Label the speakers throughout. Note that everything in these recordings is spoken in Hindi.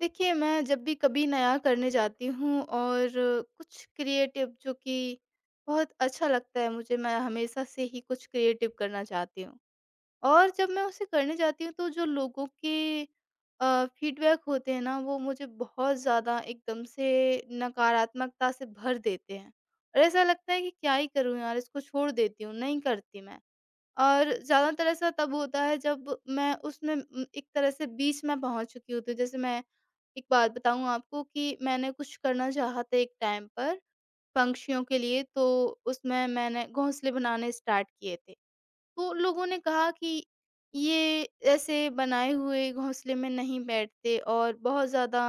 Speaker 1: देखिए, मैं जब भी कभी नया करने जाती हूँ और कुछ क्रिएटिव जो कि बहुत अच्छा लगता है मुझे, मैं हमेशा से ही कुछ क्रिएटिव करना चाहती हूँ। और जब मैं उसे करने जाती हूँ तो जो लोगों के फीडबैक होते हैं ना, वो मुझे बहुत ज़्यादा एकदम से नकारात्मकता से भर देते हैं। और ऐसा लगता है कि क्या ही करूँ यार, इसको छोड़ देती हूँ, नहीं करती मैं। और ज़्यादातर ऐसा तब होता है जब मैं उसमें एक तरह से बीच में पहुँच चुकी होती हूँ। जैसे मैं एक बात बताऊँ आपको कि मैंने कुछ करना चाहा था एक टाइम पर पंक्षियों के लिए, तो उसमें मैंने घोंसले बनाने स्टार्ट किए थे। तो लोगों ने कहा कि ये ऐसे बनाए हुए घोंसले में नहीं बैठते और बहुत ज़्यादा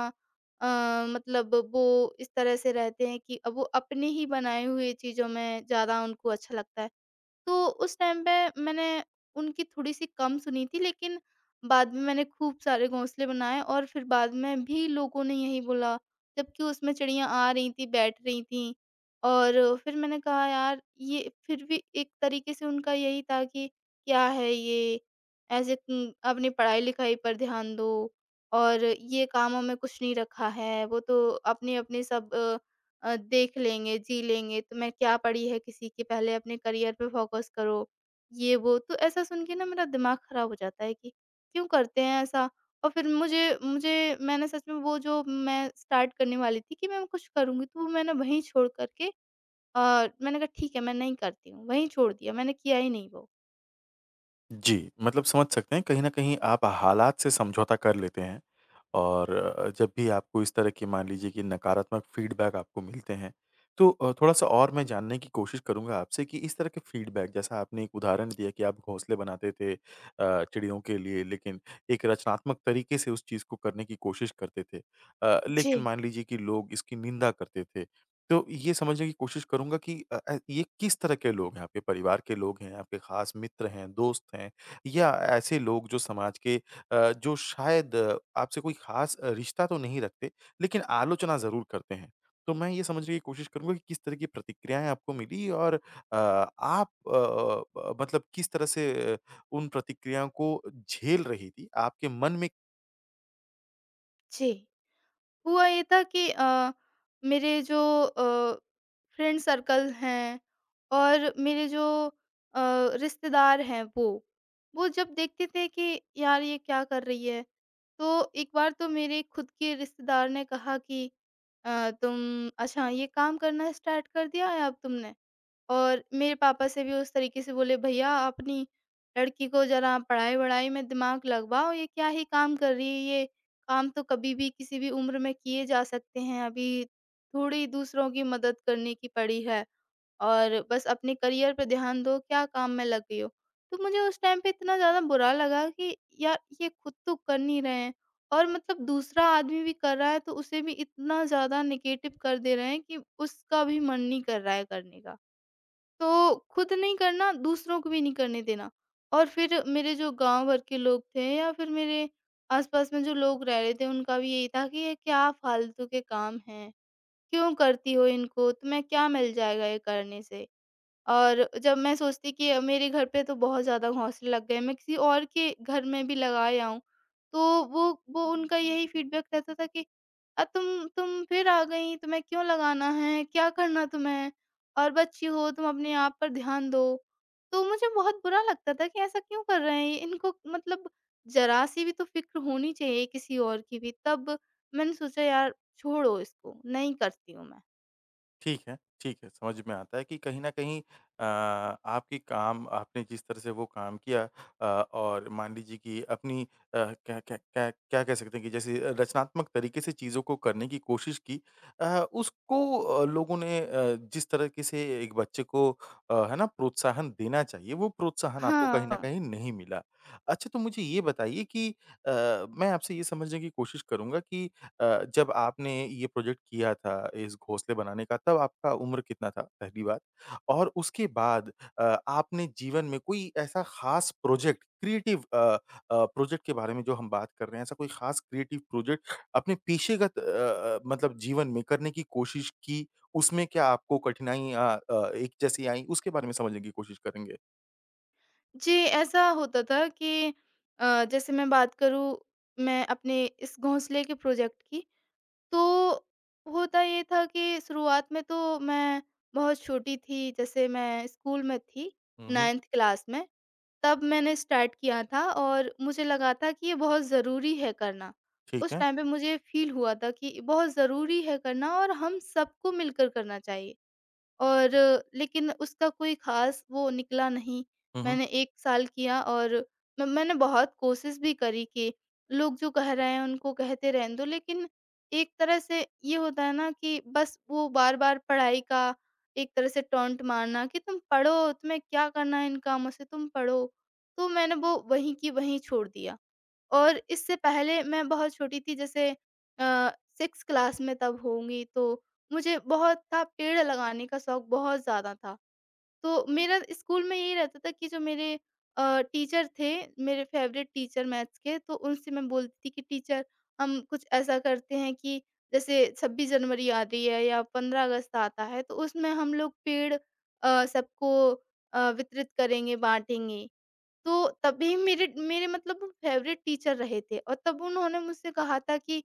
Speaker 1: अ, मतलब वो इस तरह से रहते हैं कि अब वो अपने ही बनाए हुए चीज़ों में ज़्यादा उनको अच्छा लगता है। तो उस टाइम पे मैंने उनकी थोड़ी-सी कम सुनी थी लेकिन बाद में मैंने खूब सारे घोंसले बनाए और फिर बाद में भी लोगों ने यही बोला, जबकि उसमें चिड़ियाँ आ रही थी, बैठ रही थी। और फिर मैंने कहा यार ये फिर भी एक तरीके से उनका यही था कि क्या है ये? ऐसे अपनी पढ़ाई-लिखाई पर ध्यान दो और ये कामों में कुछ नहीं रखा है, वो तो अपने-अपने सब देख लेंगे, जी लेंगे, तुम्हें क्या पड़ी है किसी की, पहले अपने करियर पे फ़ोकस करो, ये वो। तो ऐसा सुन के ना मेरा दिमाग ख़राब हो जाता है कि क्यों करते हैं ऐसा? और फिर मुझे मुझे मैंने सच में वो जो मैं स्टार्ट करने वाली थी कि मैं कुछ करूँगी, तो वो मैंने वहीं छोड़ कर के मैंने कहा ठीक है, मैं नहीं करती हूँ, वहीं छोड़ दिया, मैंने किया ही नहीं वो।
Speaker 2: जी, मतलब समझ सकते हैं, कहीं न कहीं आप हालात से समझौता कर लेते हैं और जब भी आपको इस तरह की मान लीजिए कि नकारात्मक फीडबैक आपको मिलते हैं, तो थोड़ा-सा और मैं जानने की कोशिश करूँगा आपसे कि इस तरह के फीडबैक जैसा आपने एक उदाहरण दिया कि आप घोंसले बनाते थे चिड़ियों के लिए, लेकिन एक रचनात्मक तरीके से उस चीज़ को करने की कोशिश करते थे। लेकिन
Speaker 1: जी,
Speaker 2: मान लीजिए कि लोग इसकी निंदा करते थे तो ये समझने की कोशिश करूँगा कि ये किस तरह के लोग हैं? आपके परिवार के लोग हैं, आपके ख़ास मित्र हैं, दोस्त हैं या ऐसे लोग जो समाज के जो शायद आपसे कोई ख़ास रिश्ता तो नहीं रखते, लेकिन आलोचना ज़रूर करते हैं। तो मैं ये समझने की कोशिश करूँगा कि किस तरह की प्रतिक्रियाएँ आपको मिली और आप अ अ, ब मतलब किस तरह से उन प्रतिक्रियाओं को झेल रही थी? आपके मन में
Speaker 1: जी। हुआ ये था कि मेरे जो फ्रेंड सर्कल हैं और मेरे जो अ, रिश्तेदार हैं वो जब देखते थे कि यार ये क्या कर रही है तो एक बार तो मेरे खुद के रिश्तेदार ने कहा कि तुम अच्छा ये काम करना स्टार्ट कर दिया है अब तुमने और मेरे पापा से भी उस तरीके से बोले भैया अपनी लड़की को जरा पढ़ाई-वढ़ाई में दिमाग लगवाओ, ये क्या ही काम कर रही है, ये काम तो कभी भी किसी भी उम्र में किए जा सकते हैं, अभी थोड़ी दूसरों की मदद करने की पड़ी है और बस अपने करियर पे ध्यान दो, क्या काम में लग गई हो। तो मुझे उस टाइम पे इतना ज़्यादा बुरा लगा कि यार ये खुद तो कर नहीं रहे हैं और मतलब दूसरा आदमी भी कर रहा है तो उसे भी इतना ज़्यादा नेगेटिव कर दे रहे हैं कि उसका भी मन नहीं कर रहा है करने का। तो खुद नहीं करना, दूसरों को भी नहीं करने देना। और फिर मेरे जो गाँव भर के लोग थे या फिर मेरे आस-पास में जो लोग रह रहे थे, उनका भी यही था कि ये क्या फालतू के काम हैं, क्यों करती हो इनको, तुम्हें क्या मिल जाएगा ये करने से? और जब मैं सोचती कि मेरे घर पे तो बहुत ज़्यादा घोंसले लग गए हैं, मैं किसी और के घर में भी लगाए आऊँ, तो वो उनका यही फीडबैक रहता था कि तुम फिर आ गई, तुम्हें क्यों लगाना है? क्या करना तुम्हें? और बच्ची हो, तुम अपने आप पर ध्यान दो।" तो मुझे बहुत बुरा लगता था कि ऐसा क्यों कर रहे हैं ये? इनको मतलब ज़रा-सी भी तो फ़िक्र होनी चाहिए किसी और की भी। तब मैंने सोचा यार छोड़ो इसको, नहीं करती हूँ मैं।
Speaker 2: ठीक है, समझ में आता है कि कहीं न कहीं आपकी काम आपने जिस तरह से वो काम किया अ, और मान लीजिए कि अपनी क्या क्या क्या क्या कह सकते हैं कि जैसे रचनात्मक तरीके से चीज़ों को करने की कोशिश की अ, उसको लोगों ने जिस तरीके से एक बच्चे को है ना प्रोत्साहन देना चाहिए, वो प्रोत्साहन आपको कहीं न
Speaker 1: हाँ।
Speaker 2: कहीं नहीं मिला। अच्छा, तो मुझे ये बताइए कि अ, मैं आपसे ये समझने की कोशिश करूँगा कि जब आपने ये प्रोजेक्ट किया था इस घोंसले बनाने का तब आपका उम्र कितना था? पहली बात और उसके बाद अ, आपने जीवन में कोई ऐसा ख़ास प्रोजेक्ट क्रिएटिव प्रोजेक्ट के बारे में जो हम बात कर रहे हैं ऐसा कोई ख़ास क्रिएटिव प्रोजेक्ट अपने पेशेगत मतलब जीवन में करने की कोशिश की, उसमें क्या आपको कठिनाइयाँ एक जैसी आईं? उसके बारे में समझने की कोशिश करेंगे।
Speaker 1: जी, ऐसा होता था कि जैसे मैं बात करूँ मैं अपने इस घोंसले के प्रोजेक्ट की, तो होता ये था कि शुरुआत में तो मैं बहुत छोटी थी, जैसे मैं स्कूल में थी,
Speaker 2: हुँ, हुँ।
Speaker 1: 9th क्लास में, तब मैंने स्टार्ट किया था और मुझे लगा था कि ये बहुत ज़रूरी है करना।
Speaker 2: ठीक
Speaker 1: उस
Speaker 2: है।
Speaker 1: टाइम पे मुझे फ़ील हुआ था कि बहुत ज़रूरी है करना और हम सबको मिलकर करना चाहिए। और लेकिन उसका कोई ख़ास वो निकला नहीं।
Speaker 2: हुँ, हुँ।
Speaker 1: मैंने 1 साल किया और म मैंने बहुत कोशिश भी करी कि लोग जो कह रहे हैं उनको कहते रहने दो, लेकिन एक तरह से ये होता है ना कि बस वो बार-बार पढ़ाई का एक तरह से टॉन्ट मारना कि तुम पढ़ो, तुम्हें क्या करना है इन कामों से, तुम पढ़ो। तो मैंने वो वहीं की वहीं छोड़ दिया। और इससे पहले मैं बहुत छोटी थी जैसे अ, 6th क्लास में तब होंगी तो मुझे बहुत था पेड़ लगाने का शौक बहुत ज़्यादा था। तो मेरा स्कूल में यही रहता था कि जो मेरे टीचर थे, मेरे फ़ेवरेट टीचर मैथ्स के तो उनसे मैं बोलती थी कि टीचर हम कुछ ऐसा करते हैं कि जैसे 26 जनवरी आ रही है या 15 अगस्त आता है तो उसमें हम लोग पेड़ सबको वितरित करेंगे, बाँटेंगे। तो तभी मेरे मेरे मतलब वो फ़ेवरेट टीचर रहे थे और तब उन्होंने मुझसे कहा था कि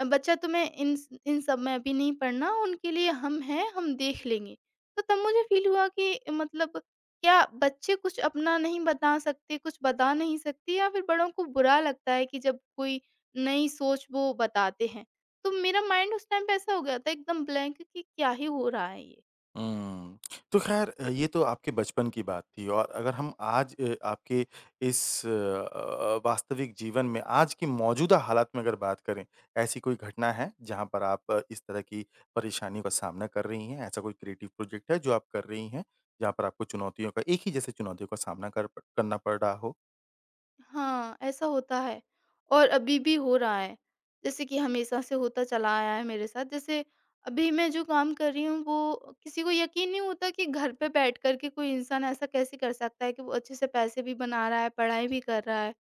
Speaker 1: बच्चा तुम्हें इन सब में अभी नहीं पढ़ना, उनके लिए हम हैं, हम देख लेंगे।" तो तब मुझे फ़ील हुआ कि मतलब क्या बच्चे कुछ अपना नहीं बता सकते, कुछ बता नहीं सकते या फिर बड़ों को बुरा लगता है कि जब कोई नई सोच वो बताते हैं। तो मेरा माइंड उस टाइम पे ऐसा हो गया था एकदम ब्लैंक कि क्या ही हो रहा है ये।
Speaker 2: हुँ। तो ख़ैर ये तो आपके बचपन की बात थी और अगर हम आज आपके इस वास्तविक जीवन में आज की मौजूदा हालात में अगर बात करें, ऐसी कोई घटना है जहाँ पर आप इस तरह की परेशानियों का सामना कर रही हैं? ऐसा कोई क्रिएटिव प्रोजेक्ट है जो आप कर रही हैं, जहाँ पर आपको चुनौतियों का एक ही जैसे चुनौतियों का सामना कर प करना पड़ रहा हो?
Speaker 1: हाँ, ऐसा होता है और अभी भी हो रहा है। जैसे कि हमेशा से होता चला आया है मेरे साथ। जैसे अभी मैं जो काम कर रही हूँ वो किसी को यकीन नहीं होता कि घर पे बैठ कर के कोई इंसान ऐसा कैसे कर सकता है कि वो अच्छे से पैसे भी बना रहा है, पढ़ाई भी कर रहा है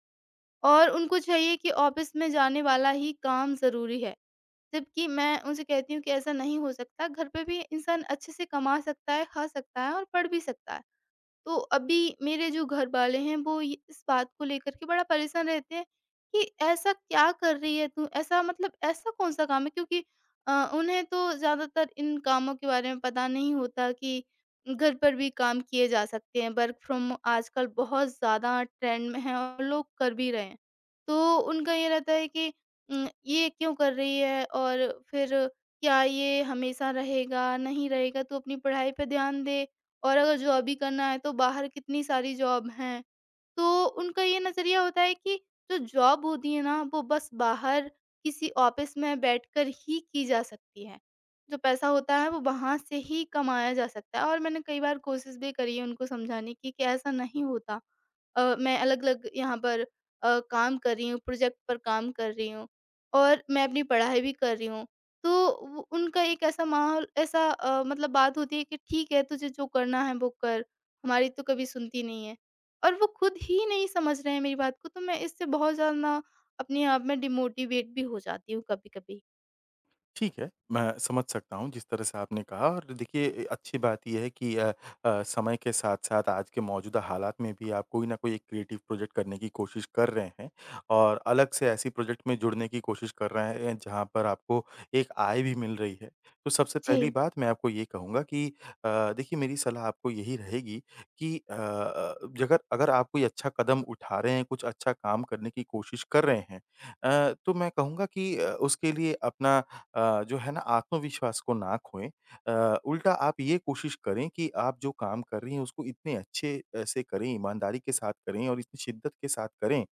Speaker 1: और उनको चाहिए कि ऑफ़िस में जाने वाला ही काम ज़रूरी है। जबकि मैं उनसे कहती हूँ कि ऐसा नहीं हो सकता, घर पे भी इंसान अच्छे से कमा सकता है, खा सकता है और पढ़ भी सकता है। तो अभी मेरे जो घरवाले हैं वो ये इस बात को लेकर के बड़ा परेशान रहते हैं कि ऐसा क्या कर रही है तू? ऐसा मतलब ऐसा कौन-सा काम है? क्योंकि उन्हें तो ज़्यादातर इन कामों के बारे में पता नहीं होता कि घर पर भी काम किए जा सकते हैं। वर्क फ्रॉम आजकल बहुत ज़्यादा ट्रेंड में है और लोग कर भी रहे हैं। तो उनका ये रहता है कि ये क्यों कर रही है और फिर क्या ये हमेशा रहेगा, नहीं रहेगा? तू अपनी पढ़ाई पे ध्यान दे। और अगर जॉब ही करना है तो बाहर कितनी सारी जॉब हैं। तो उनका ये नज़रिया होता है कि जो जॉब होती है ना वो बस बाहर किसी ऑफ़िस में बैठकर ही की जा सकती है। जो पैसा होता है वो वहाँ से ही कमाया जा सकता है और मैंने कई बार कोशिश भी करी है उनको समझाने की कि ऐसा नहीं होता। मैं अलग-अलग यहाँ पर काम कर रही हूँ, प्रोजेक्ट पर काम कर रही हूँ और मैं अपनी पढ़ाई भी कर रही हूँ। तो वो उनका एक ऐसा माहौल ऐसा मतलब बात होती है कि ठीक है तुझे जो करना है वो कर, हमारी तो कभी सुनती नहीं है। और वो खुद ही नहीं समझ रहे हैं मेरी बात को तो मैं इससे बहुत ज़्यादा ना अपने आप में डिमोटिवेट भी हो जाती हूँ कभी-कभी।
Speaker 2: ठीक है, मैं समझ सकता हूँ जिस तरह से आपने कहा और देखिए ए, अच्छी बात ये है कि समय के साथ-साथ आज के मौजूदा हालात में भी आप कोई न कोई एक क्रिएटिव प्रोजेक्ट करने की कोशिश कर रहे हैं और अलग से ऐसी प्रोजेक्ट में जुड़ने की कोशिश कर रहे हैं जहाँ पर आपको एक आय भी मिल रही है। तो सबसे पहली
Speaker 1: जी,
Speaker 2: बात मैं आपको ये कहूँगा कि देखिए मेरी सलाह आपको यही रहेगी कि अ अ, जगर अगर आप कोई अच्छा कदम उठा रहे हैं, कुछ अच्छा काम करने की कोशिश कर रहे हैं, तो मैं कहूँगा कि उसके लिए अपना जो है ना आत्मविश्वास को ना खोएँ। उल्टा आप ये कोशिश करें कि आप जो काम कर रही हैं उसको इतने अच्छे से करें, ईमानदारी के साथ करें और इतनी शिद्दत के साथ करें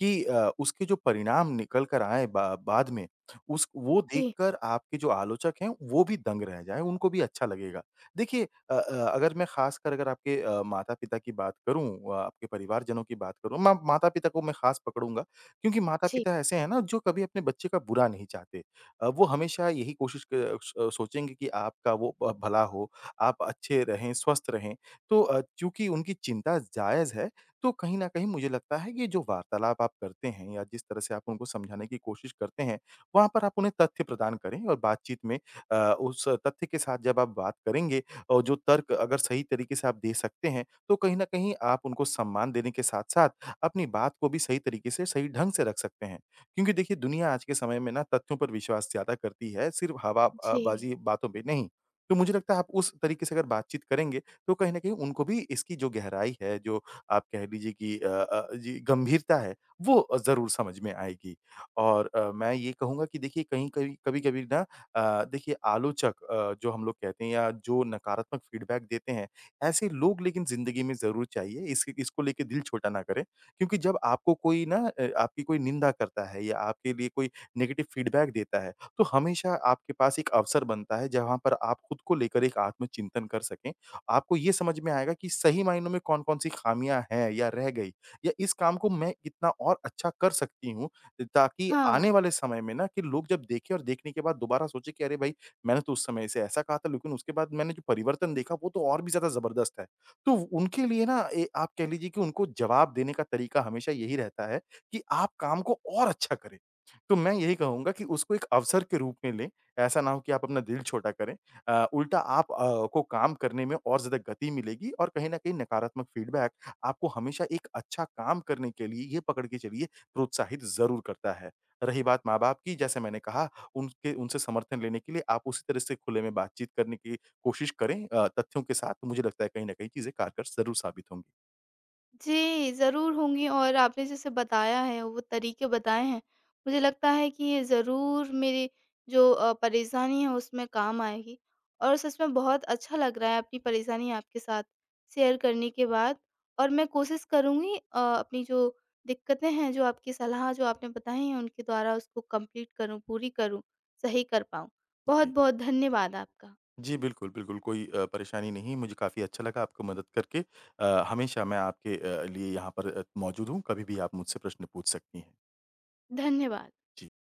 Speaker 2: कि उसके जो परिणाम निकल कर आएँ बा बाद में उस वो
Speaker 1: जी,
Speaker 2: देखकर आपके जो आलोचक हैं वो भी दंग रह जाएँ, उनको भी अच्छा लगेगा। देखिए अगर मैं ख़ासकर अगर आपके माता-पिता की बात करूँ, आपके परिवारजनों की बात करूँ, मैं माता-पिता को मैं ख़ास पकड़ूँगा क्योंकि
Speaker 1: जी,
Speaker 2: माता-पिता ऐसे हैं ना जो कभी अपने बच्चे का बुरा नहीं चाहते। वो हमेशा यही कोशिश क स सोचेंगे कि आपका वो भ भला हो, आप अच्छे रहें, स्वस्थ रहें। तो चूँकि उनकी चिंता जायज़ है, तो कहीं न कहीं मुझे लगता है कि जो वार्तालाप आप करते हैं या जिस तरह से आप उनको समझाने की कोशिश करते हैं, वहाँ पर आप उन्हें तथ्य प्रदान करें और बातचीत में उस तथ्य के साथ जब आप बात करेंगे और जो तर्क अगर सही तरीके से आप दे सकते हैं, तो कहीं न कहीं आप उनको सम्मान देने के साथ-साथ अपनी बात को भी सही तरीके से, सही ढंग से रख सकते हैं। क्योंकि देखिए दुनिया आज के समय में ना तथ्यों पर विश्वास ज़्यादा करती है, सिर्फ़ हवा
Speaker 1: जी।
Speaker 2: बाज़ी बातों पे नहीं। तो मुझे लगता है आप उस तरीके से अगर बातचीत करेंगे, तो कहीं न कहीं उनको भी इसकी जो गहराई है, जो आप कह लीजिए कि गंभीरता है, वो ज़रूर समझ में आएगी। और मैं ये कहूँगा कि देखिए कहीं कहीं कभी-कभी ना देखिए आलोचक जो हम लोग कहते हैं या जो नकारात्मक फ़ीडबैक देते हैं, ऐसे लोग लेकिन ज़िंदगी में ज़रूर चाहिए। इस इसको लेके दिल छोटा ना करें। क्योंकि जब आपको कोई ना आपकी कोई निंदा करता है या आपके लिए कोई नेगेटिव फीडबैक देता है, तो हमेशा आपके पास एक अवसर बनता है जहाँ पर आप खुद को लेकर एक आत्मचिंतन कर सकें। आपको ये समझ में आएगा कि सही मायनों में कौन-कौन सी खामियाँ हैं या रह गई या इस काम को मैं कितना और अच्छा कर सकती हूँ ताकि आने
Speaker 1: हाँ।
Speaker 2: वाले समय में ना कि लोग जब देखें और देखने के बाद दोबारा सोचे कि अरे भाई! मैंने तो उस समय इसे ऐसा कहा था लेकिन उसके बाद मैंने जो परिवर्तन देखा वो तो और भी ज़्यादा ज़बरदस्त है। तो उनके लिए ना ए, आप कह लीजिए कि उनको जवाब देने का तरीका हमेशा यही रहता है कि आप काम को और अच्छा करें। तो मैं यही कहूँगा कि उसको एक अवसर के रूप में लें, ऐसा ना हो कि आप अपना दिल छोटा करें। उल्टा आप अ, को काम करने में और ज़्यादा गति मिलेगी और कहीं न कहीं नकारात्मक फीडबैक आपको हमेशा एक अच्छा काम करने के लिए ये पकड़ के चलिए प्रोत्साहित ज़रूर करता है। रही बात माँ-बाप की जैसे मैंने कहा उनके उनसे समर्थन लेने के लिए आप उसी तरह से खुले में बातचीत करने की कोशिश करें तथ्यों के साथ, तो मुझे लगता है कहीं न कहीं चीज़ें कारगर ज़रूर साबित होंगी।
Speaker 1: जी, ज़रूर होंगी और आपने जैसे बताया है, वो तरीके बताए हैं, मुझे लगता है कि ये ज़रूर मेरी जो परेशानी है उसमें काम आएगी। और सच में बहुत अच्छा लग रहा है अपनी परेशानी आपके साथ शेयर करने के बाद और मैं कोशिश करूँगी अपनी जो दिक्कतें हैं, जो आपकी सलाह जो आपने बताई है उनके द्वारा उसको कंप्लीट करूँ, पूरी करूँ, सही कर पाऊँ।
Speaker 2: जी।
Speaker 1: बहुत-बहुत धन्यवाद आपका।
Speaker 2: जी, बिल्कुल, बिल्कुल, कोई परेशानी नहीं, मुझे काफ़ी अच्छा लगा आपको मदद करके। हमेशा मैं आपके लिए यहाँ पर मौजूद हूँ, कभी भी आप मुझसे प्रश्न पूछ सकती हैं।
Speaker 1: धन्यवाद।
Speaker 2: जी।